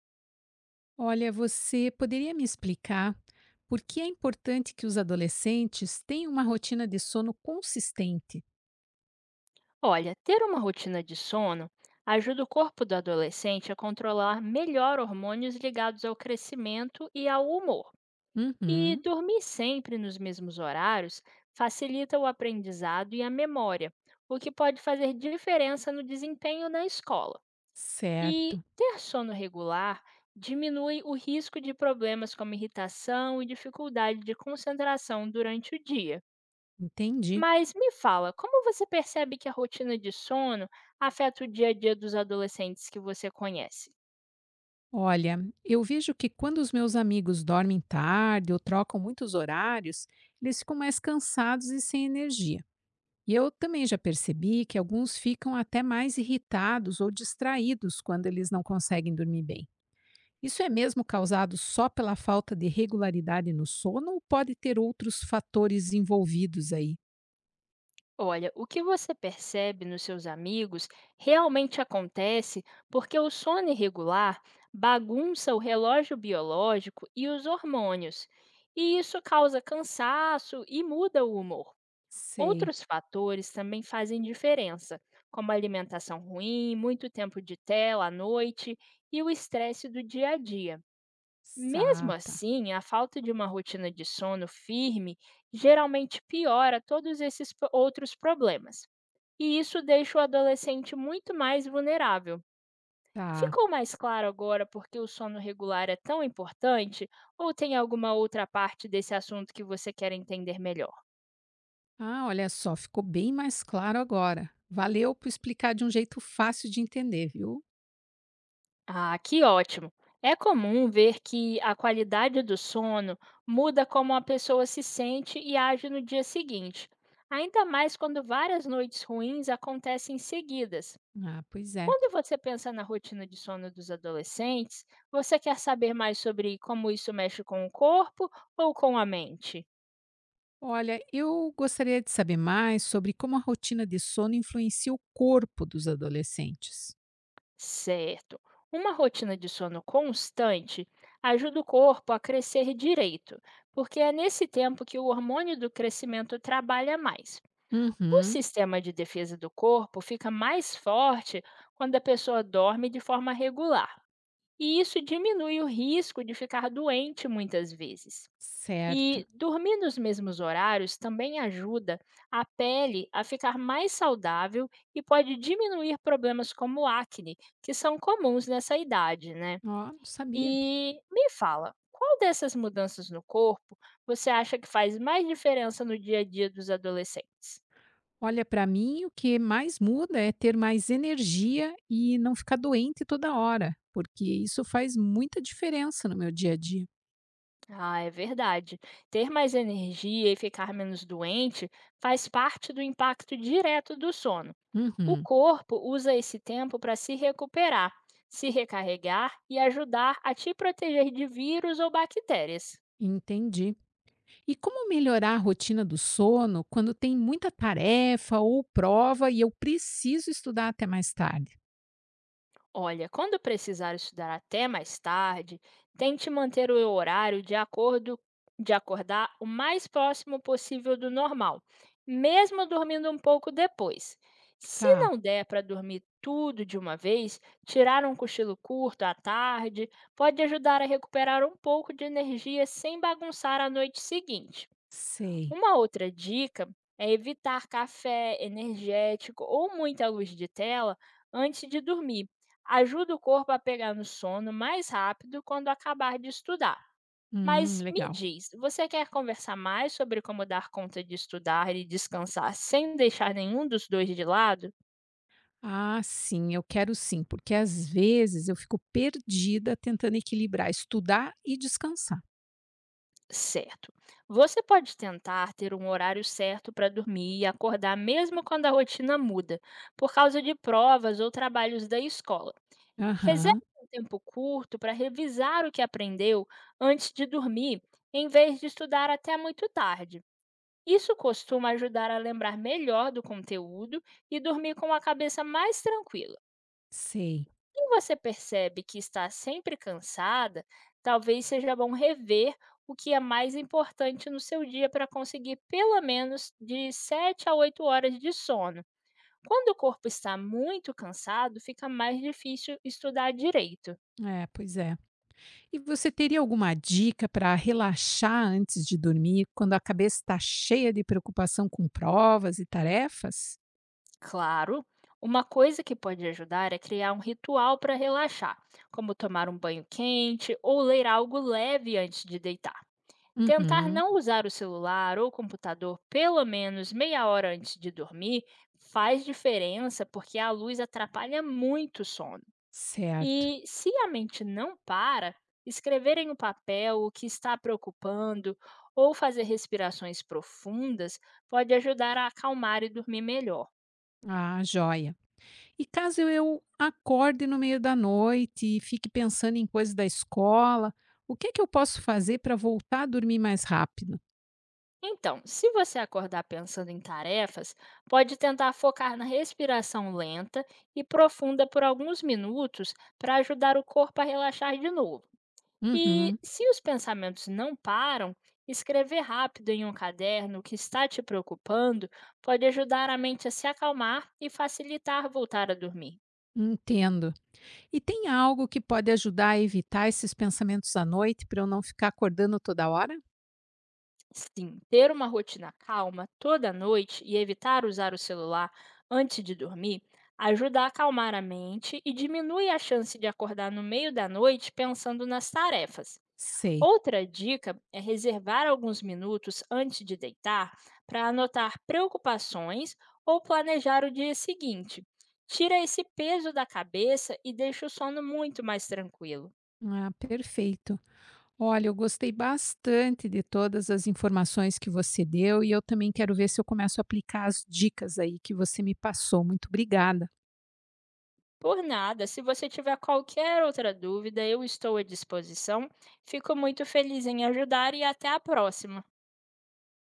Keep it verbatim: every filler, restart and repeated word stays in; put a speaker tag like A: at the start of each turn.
A: Olha, você poderia me explicar por que é importante que os adolescentes tenham uma rotina de sono consistente?
B: Olha, ter uma rotina de sono ajuda o corpo do adolescente a controlar melhor hormônios ligados ao crescimento e ao humor. E
A: Uhum,
B: dormir sempre nos mesmos horários facilita o aprendizado e a memória, o que pode fazer diferença no desempenho na escola. E
A: certo,
B: ter sono regular diminui o risco de problemas como irritação e dificuldade de concentração durante o dia.
A: entendi.
B: Mas me fala, como você percebe que a rotina de sono afeta o dia a dia dos adolescentes que você conhece?
A: Olha, eu vejo que quando os meus amigos dormem tarde ou trocam muitos horários, eles ficam mais cansados e sem energia. E eu também já percebi que alguns ficam até mais irritados ou distraídos quando eles não conseguem dormir bem. Isso é mesmo causado só pela falta de regularidade no sono ou pode ter outros fatores envolvidos aí?
B: Olha, o que você percebe nos seus amigos realmente acontece porque o sono irregular bagunça o relógio biológico e os hormônios, e isso causa cansaço e muda o humor.
A: Sei.
B: Outros fatores também fazem diferença, como alimentação ruim, muito tempo de tela à noite e o estresse do dia a dia. Mesmo
A: Tá, tá.
B: assim, a falta de uma rotina de sono firme geralmente piora todos esses po- outros problemas, e isso deixa o adolescente muito mais vulnerável.
A: Tá.
B: Ficou mais claro agora por que o sono regular é tão importante? Ou tem alguma outra parte desse assunto que você quer entender melhor?
A: Ah, olha só, ficou bem mais claro agora. Valeu por explicar de um jeito fácil de entender, viu?
B: Ah, que ótimo! É comum ver que a qualidade do sono muda como a pessoa se sente e age no dia seguinte, ainda mais quando várias noites ruins acontecem seguidas.
A: Ah, pois é.
B: Quando você pensa na rotina de sono dos adolescentes, você quer saber mais sobre como isso mexe com o corpo ou com a mente?
A: Olha, eu gostaria de saber mais sobre como a rotina de sono influencia o corpo dos adolescentes.
B: Certo. Uma rotina de sono constante ajuda o corpo a crescer direito, porque é nesse tempo que o hormônio do crescimento trabalha mais. O
A: Uhum,
B: sistema de defesa do corpo fica mais forte quando a pessoa dorme de forma regular, e isso diminui o risco de ficar doente muitas vezes.
A: certo.
B: E dormir nos mesmos horários também ajuda a pele a ficar mais saudável e pode diminuir problemas como acne, que são comuns nessa idade, né?
A: Ó, não sabia.
B: E me fala, qual dessas mudanças no corpo você acha que faz mais diferença no dia a dia dos adolescentes?
A: Olha, para mim, o que mais muda é ter mais energia e não ficar doente toda hora, porque isso faz muita diferença no meu dia a dia.
B: Ah, é verdade. Ter mais energia e ficar menos doente faz parte do impacto direto do sono. O
A: Uhum,
B: corpo usa esse tempo para se recuperar, se recarregar e ajudar a te proteger de vírus ou bactérias.
A: entendi. E como melhorar a rotina do sono quando tem muita tarefa ou prova e eu preciso estudar até mais tarde?
B: Olha, quando precisar estudar até mais tarde, tente manter o horário de acordo de acordar o mais próximo possível do normal, mesmo dormindo um pouco depois. Se
A: Tá,
B: não der para dormir tudo de uma vez, tirar um cochilo curto à tarde pode ajudar a recuperar um pouco de energia sem bagunçar a noite seguinte.
A: sei.
B: Uma outra dica é evitar café, energético ou muita luz de tela antes de dormir. Ajuda o corpo a pegar no sono mais rápido quando acabar de estudar.
A: Hum,
B: Mas me
A: legal.
B: diz, você quer conversar mais sobre como dar conta de estudar e descansar sem deixar nenhum dos dois de lado?
A: Ah, sim, eu quero sim, porque às vezes eu fico perdida tentando equilibrar estudar e descansar.
B: Certo. Você pode tentar ter um horário certo para dormir e acordar mesmo quando a rotina muda, por causa de provas ou trabalhos da escola. Reserve
A: Aham,
B: um tempo curto para revisar o que aprendeu antes de dormir, em vez de estudar até muito tarde. Isso costuma ajudar a lembrar melhor do conteúdo e dormir com a cabeça mais tranquila.
A: sei.
B: Se você percebe que está sempre cansada, talvez seja bom rever o que é mais importante no seu dia para conseguir pelo menos de sete a oito horas de sono. Quando o corpo está muito cansado, fica mais difícil estudar direito.
A: É, pois é. E você teria alguma dica para relaxar antes de dormir, quando a cabeça está cheia de preocupação com provas e tarefas?
B: Claro, uma coisa que pode ajudar é criar um ritual para relaxar, como tomar um banho quente ou ler algo leve antes de deitar. Tentar
A: Uhum.
B: não usar o celular ou computador pelo menos meia hora antes de dormir faz diferença porque a luz atrapalha muito o sono.
A: Certo.
B: E se a mente não para, escrever em um papel o que está preocupando ou fazer respirações profundas pode ajudar a acalmar e dormir melhor.
A: Ah, joia. E caso eu acorde no meio da noite e fique pensando em coisas da escola, o que é que eu posso fazer para voltar a dormir mais rápido?
B: Então, se você acordar pensando em tarefas, pode tentar focar na respiração lenta e profunda por alguns minutos para ajudar o corpo a relaxar de novo. E
A: Uhum.
B: se os pensamentos não param, escrever rápido em um caderno o que está te preocupando pode ajudar a mente a se acalmar e facilitar voltar a dormir.
A: Entendo. E tem algo que pode ajudar a evitar esses pensamentos à noite para eu não ficar acordando toda hora?
B: Sim, ter uma rotina calma toda noite e evitar usar o celular antes de dormir ajuda a acalmar a mente e diminui a chance de acordar no meio da noite pensando nas tarefas.
A: Sei.
B: Outra dica é reservar alguns minutos antes de deitar para anotar preocupações ou planejar o dia seguinte. Tira esse peso da cabeça e deixa o sono muito mais tranquilo.
A: Ah, perfeito. Olha, eu gostei bastante de todas as informações que você deu e eu também quero ver se eu começo a aplicar as dicas aí que você me passou. Muito obrigada.
B: Por nada, se você tiver qualquer outra dúvida, eu estou à disposição. Fico muito feliz em ajudar e até a próxima.